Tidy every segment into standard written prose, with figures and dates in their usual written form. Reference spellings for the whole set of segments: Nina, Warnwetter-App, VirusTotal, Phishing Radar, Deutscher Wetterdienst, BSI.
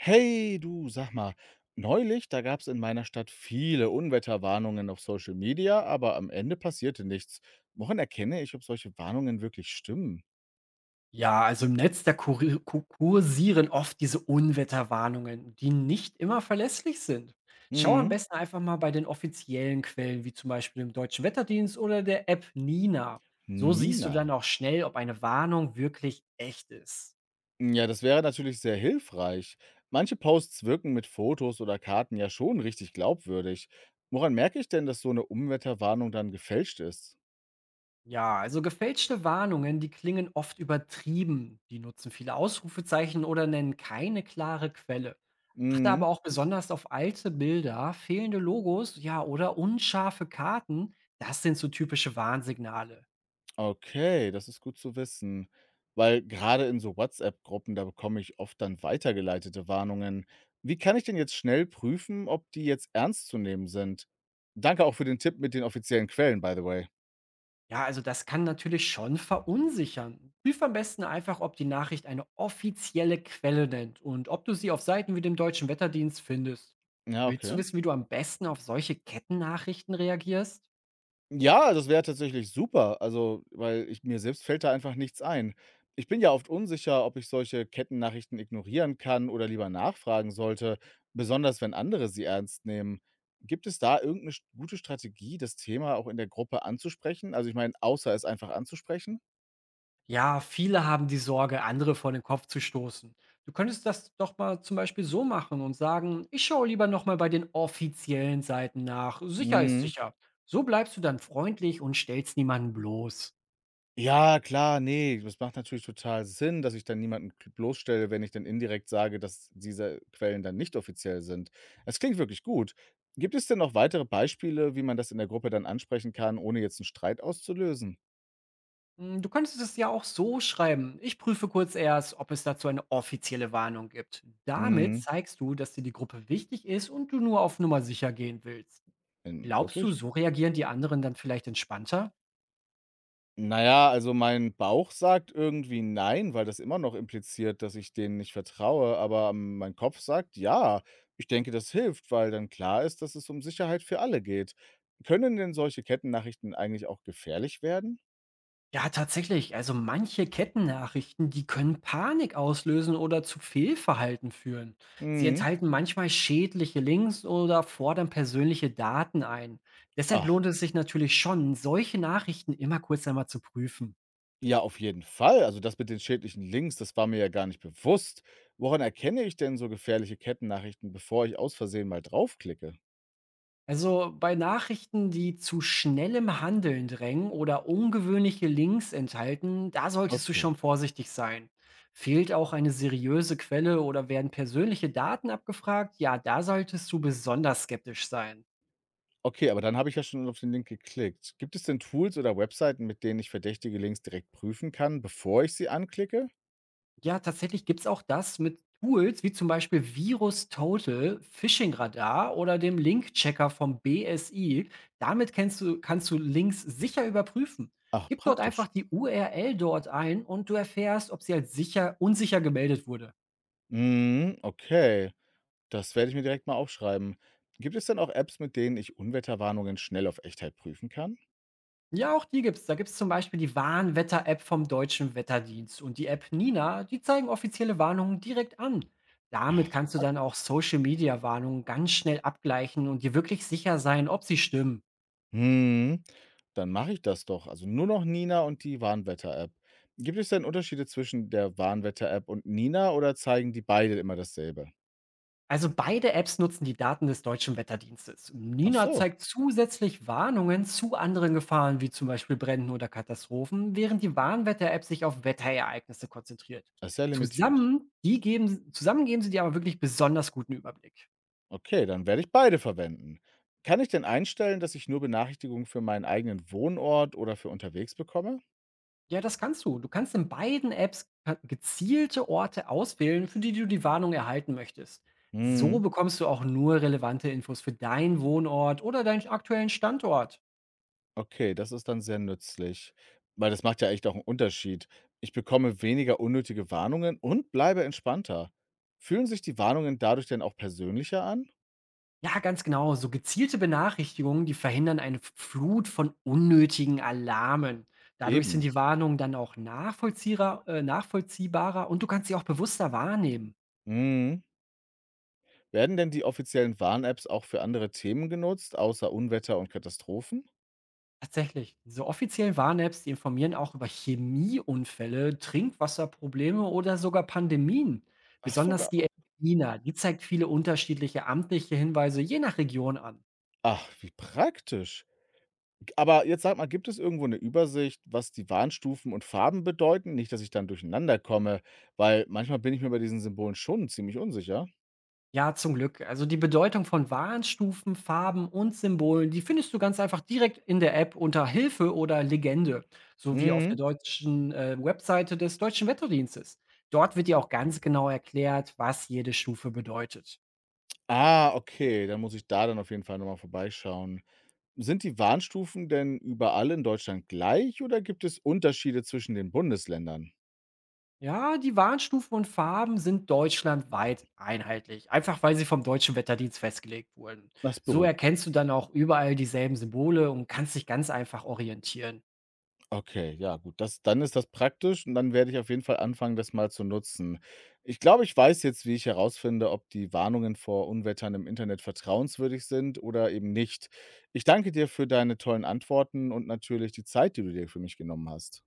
Hey, du, sag mal, neulich, da gab es in meiner Stadt viele Unwetterwarnungen auf Social Media, aber am Ende passierte nichts. Woran erkenne ich, ob solche Warnungen wirklich stimmen? Ja, also im Netz, da kuri ku kursieren oft diese Unwetterwarnungen, die nicht immer verlässlich sind. Schau am Mhm. besten einfach mal bei den offiziellen Quellen, wie zum Beispiel dem Deutschen Wetterdienst oder der App Nina. So siehst du Nina. dann auch schnell, ob eine Warnung wirklich echt ist. Ja, das wäre natürlich sehr hilfreich. Manche Posts wirken mit Fotos oder Karten ja schon richtig glaubwürdig. Woran merke ich denn, dass so eine Unwetterwarnung dann gefälscht ist? Ja, also gefälschte Warnungen, die klingen oft übertrieben. Die nutzen viele Ausrufezeichen oder nennen keine klare Quelle. Achte aber Mhm. auch besonders auf alte Bilder, fehlende Logos, ja, oder unscharfe Karten. Das sind so typische Warnsignale. Okay, das ist gut zu wissen, weil gerade in so WhatsApp-Gruppen, da bekomme ich oft dann weitergeleitete Warnungen. Wie kann ich denn jetzt schnell prüfen, ob die jetzt ernst zu nehmen sind? Danke auch für den Tipp mit den offiziellen Quellen, by the way. Ja, also das kann natürlich schon verunsichern. Prüf am besten einfach, ob die Nachricht eine offizielle Quelle nennt und ob du sie auf Seiten wie dem Deutschen Wetterdienst findest. Ja, Willst du okay. wissen, wie du am besten auf solche Kettennachrichten reagierst? Ja, das wäre tatsächlich super, also, weil ich mir selbst fällt da einfach nichts ein. Ich bin ja oft unsicher, ob ich solche Kettennachrichten ignorieren kann oder lieber nachfragen sollte, besonders wenn andere sie ernst nehmen. Gibt es da irgendeine st gute Strategie, das Thema auch in der Gruppe anzusprechen? Also, ich meine, außer es einfach anzusprechen? Ja, viele haben die Sorge, andere vor den Kopf zu stoßen. Du könntest das doch mal zum Beispiel so machen und sagen, ich schaue lieber nochmal bei den offiziellen Seiten nach. Sicher ist Mhm. sicher. So bleibst du dann freundlich und stellst niemanden bloß. Ja, klar, ne, das macht natürlich total Sinn, dass ich dann niemanden k bloßstelle, wenn ich dann indirekt sage, dass diese Quellen dann nicht offiziell sind. Es klingt wirklich gut. Gibt es denn noch weitere Beispiele, wie man das in der Gruppe dann ansprechen kann, ohne jetzt einen Streit auszulösen? Hm, du könntest es ja auch so schreiben. Ich prüfe kurz erst, ob es dazu eine offizielle Warnung gibt. Damit Mhm. zeigst du, dass dir die Gruppe wichtig ist und du nur auf Nummer sicher gehen willst. Glaubst du, Wirklich? so reagieren die anderen dann vielleicht entspannter? Na ja, also mein Bauch sagt irgendwie nein, weil das immer noch impliziert, dass ich denen nicht vertraue, aber mein Kopf sagt: „Ja, ich denke, das hilft“, weil dann klar ist, dass es um Sicherheit für alle geht. Können denn solche Kettennachrichten eigentlich auch gefährlich werden? Ja, tatsächlich. Also manche Kettennachrichten, die können Panik auslösen oder zu Fehlverhalten führen. Sie Mhm. enthalten manchmal schädliche Links oder fordern persönliche Daten ein. Deshalb Ach, lohnt es sich natürlich schon, solche Nachrichten immer kurz einmal zu prüfen. ja, auf jeden Fall. Also das mit den schädlichen Links, das war mir ja gar nicht bewusst. Woran erkenne ich denn so gefährliche Kettennachrichten, bevor ich aus Versehen mal draufklicke? Also bei Nachrichten, die zu schnellem Handeln drängen oder ungewöhnliche Links enthalten, da solltest du Okay. schon vorsichtig sein. Fehlt auch eine seriöse Quelle oder werden persönliche Daten abgefragt? Ja, da solltest du besonders skeptisch sein. Okay, aber dann habe ich ja schon auf den Link geklickt. Gibt es denn Tools oder Webseiten, mit denen ich verdächtige Links direkt prüfen kann, bevor ich sie anklicke? Ja, tatsächlich gibt's auch das mit Tools wie zum Beispiel VirusTotal, Phishing Radar oder dem Link-Checker vom BSI. Damit kannst du Links sicher überprüfen. Ach, Gib dort praktisch. einfach die URL dort ein und du erfährst, ob sie als sicher, unsicher gemeldet wurde. Mhm, okay. Das werde ich mir direkt mal aufschreiben. Gibt es denn auch Apps, mit denen ich Unwetterwarnungen schnell auf Echtheit prüfen kann? Ja, auch die gibt's. Da gibt's zum Beispiel die Warnwetter-App vom Deutschen Wetterdienst und die App Nina, die zeigen offizielle Warnungen direkt an. Ja, Damit ist kannst du dann auch praktisch. Social-Media-Warnungen ganz schnell abgleichen und dir wirklich sicher sein, ob sie stimmen. Mhm, dann mache ich das doch. Also nur noch Nina und die Warnwetter-App. Gibt es denn Unterschiede zwischen der Warnwetter-App und Nina oder zeigen die beide immer dasselbe? Also beide Apps nutzen die Daten des deutschen Wetterdienstes. Ach Nina so, zeigt zusätzlich Warnungen zu anderen Gefahren wie zum Beispiel Bränden oder Katastrophen, während die Warnwetter-App sich auf Wetterereignisse konzentriert. das ist ja limitiert. Zusammen geben sie dir aber wirklich besonders guten Überblick. Okay, dann werde ich beide verwenden. Kann ich denn einstellen, dass ich nur Benachrichtigungen für meinen eigenen Wohnort oder für unterwegs bekomme? Ja, das kannst du. Du kannst in beiden Apps gezielte Orte auswählen, für die du die Warnung erhalten möchtest. So Mhm. bekommst du auch nur relevante Infos für deinen Wohnort oder deinen aktuellen Standort. Okay, das ist dann sehr nützlich, weil das macht ja echt auch einen Unterschied. Ich bekomme weniger unnötige Warnungen und bleibe entspannter. Fühlen sich die Warnungen dadurch denn auch persönlicher an? Ja, ganz genau. So gezielte Benachrichtigungen, die verhindern eine Flut von unnötigen Alarmen. Dadurch sind Eben. die Warnungen dann auch nachvollziehbarer und du kannst sie auch bewusster wahrnehmen. Mhm. Werden denn die offiziellen Warn-Apps auch für andere Themen genutzt, außer Unwetter und Katastrophen? Tatsächlich. Diese offiziellen Warn-Apps, die informieren auch über Chemieunfälle, Trinkwasserprobleme oder sogar Pandemien. Ach Besonders sogar. die China, die zeigt viele unterschiedliche amtliche Hinweise je nach Region an. Ach, wie praktisch. Aber jetzt sag mal, gibt es irgendwo eine Übersicht, was die Warnstufen und Farben bedeuten? Nicht, dass ich dann durcheinander komme, weil manchmal bin ich mir bei diesen Symbolen schon ziemlich unsicher. Ja, zum Glück. Also die Bedeutung von Warnstufen, Farben und Symbolen, die findest du ganz einfach direkt in der App unter Hilfe oder Legende, sowie auf der Mhm. deutschen Webseite des Deutschen Wetterdienstes. Dort wird dir auch ganz genau erklärt, was jede Stufe bedeutet. Ah, okay, dann muss ich da dann auf jeden Fall noch mal vorbeischauen. Sind die Warnstufen denn überall in Deutschland gleich oder gibt es Unterschiede zwischen den Bundesländern? Ja, die Warnstufen und Farben sind deutschlandweit einheitlich, einfach weil sie vom Deutschen Wetterdienst festgelegt wurden. Das So beruhigt. erkennst du dann auch überall dieselben Symbole und kannst dich ganz einfach orientieren. Okay, ja gut, das dann ist das praktisch und dann werde ich auf jeden Fall anfangen, das mal zu nutzen. Ich glaube, ich weiß jetzt, wie ich herausfinde, ob die Warnungen vor Unwettern im Internet vertrauenswürdig sind oder eben nicht. Ich danke dir für deine tollen Antworten und natürlich die Zeit, die du dir für mich genommen hast.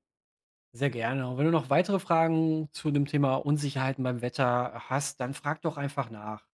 Sehr gerne. Und wenn du noch weitere Fragen zu dem Thema Unsicherheiten beim Wetter hast, dann frag doch einfach nach.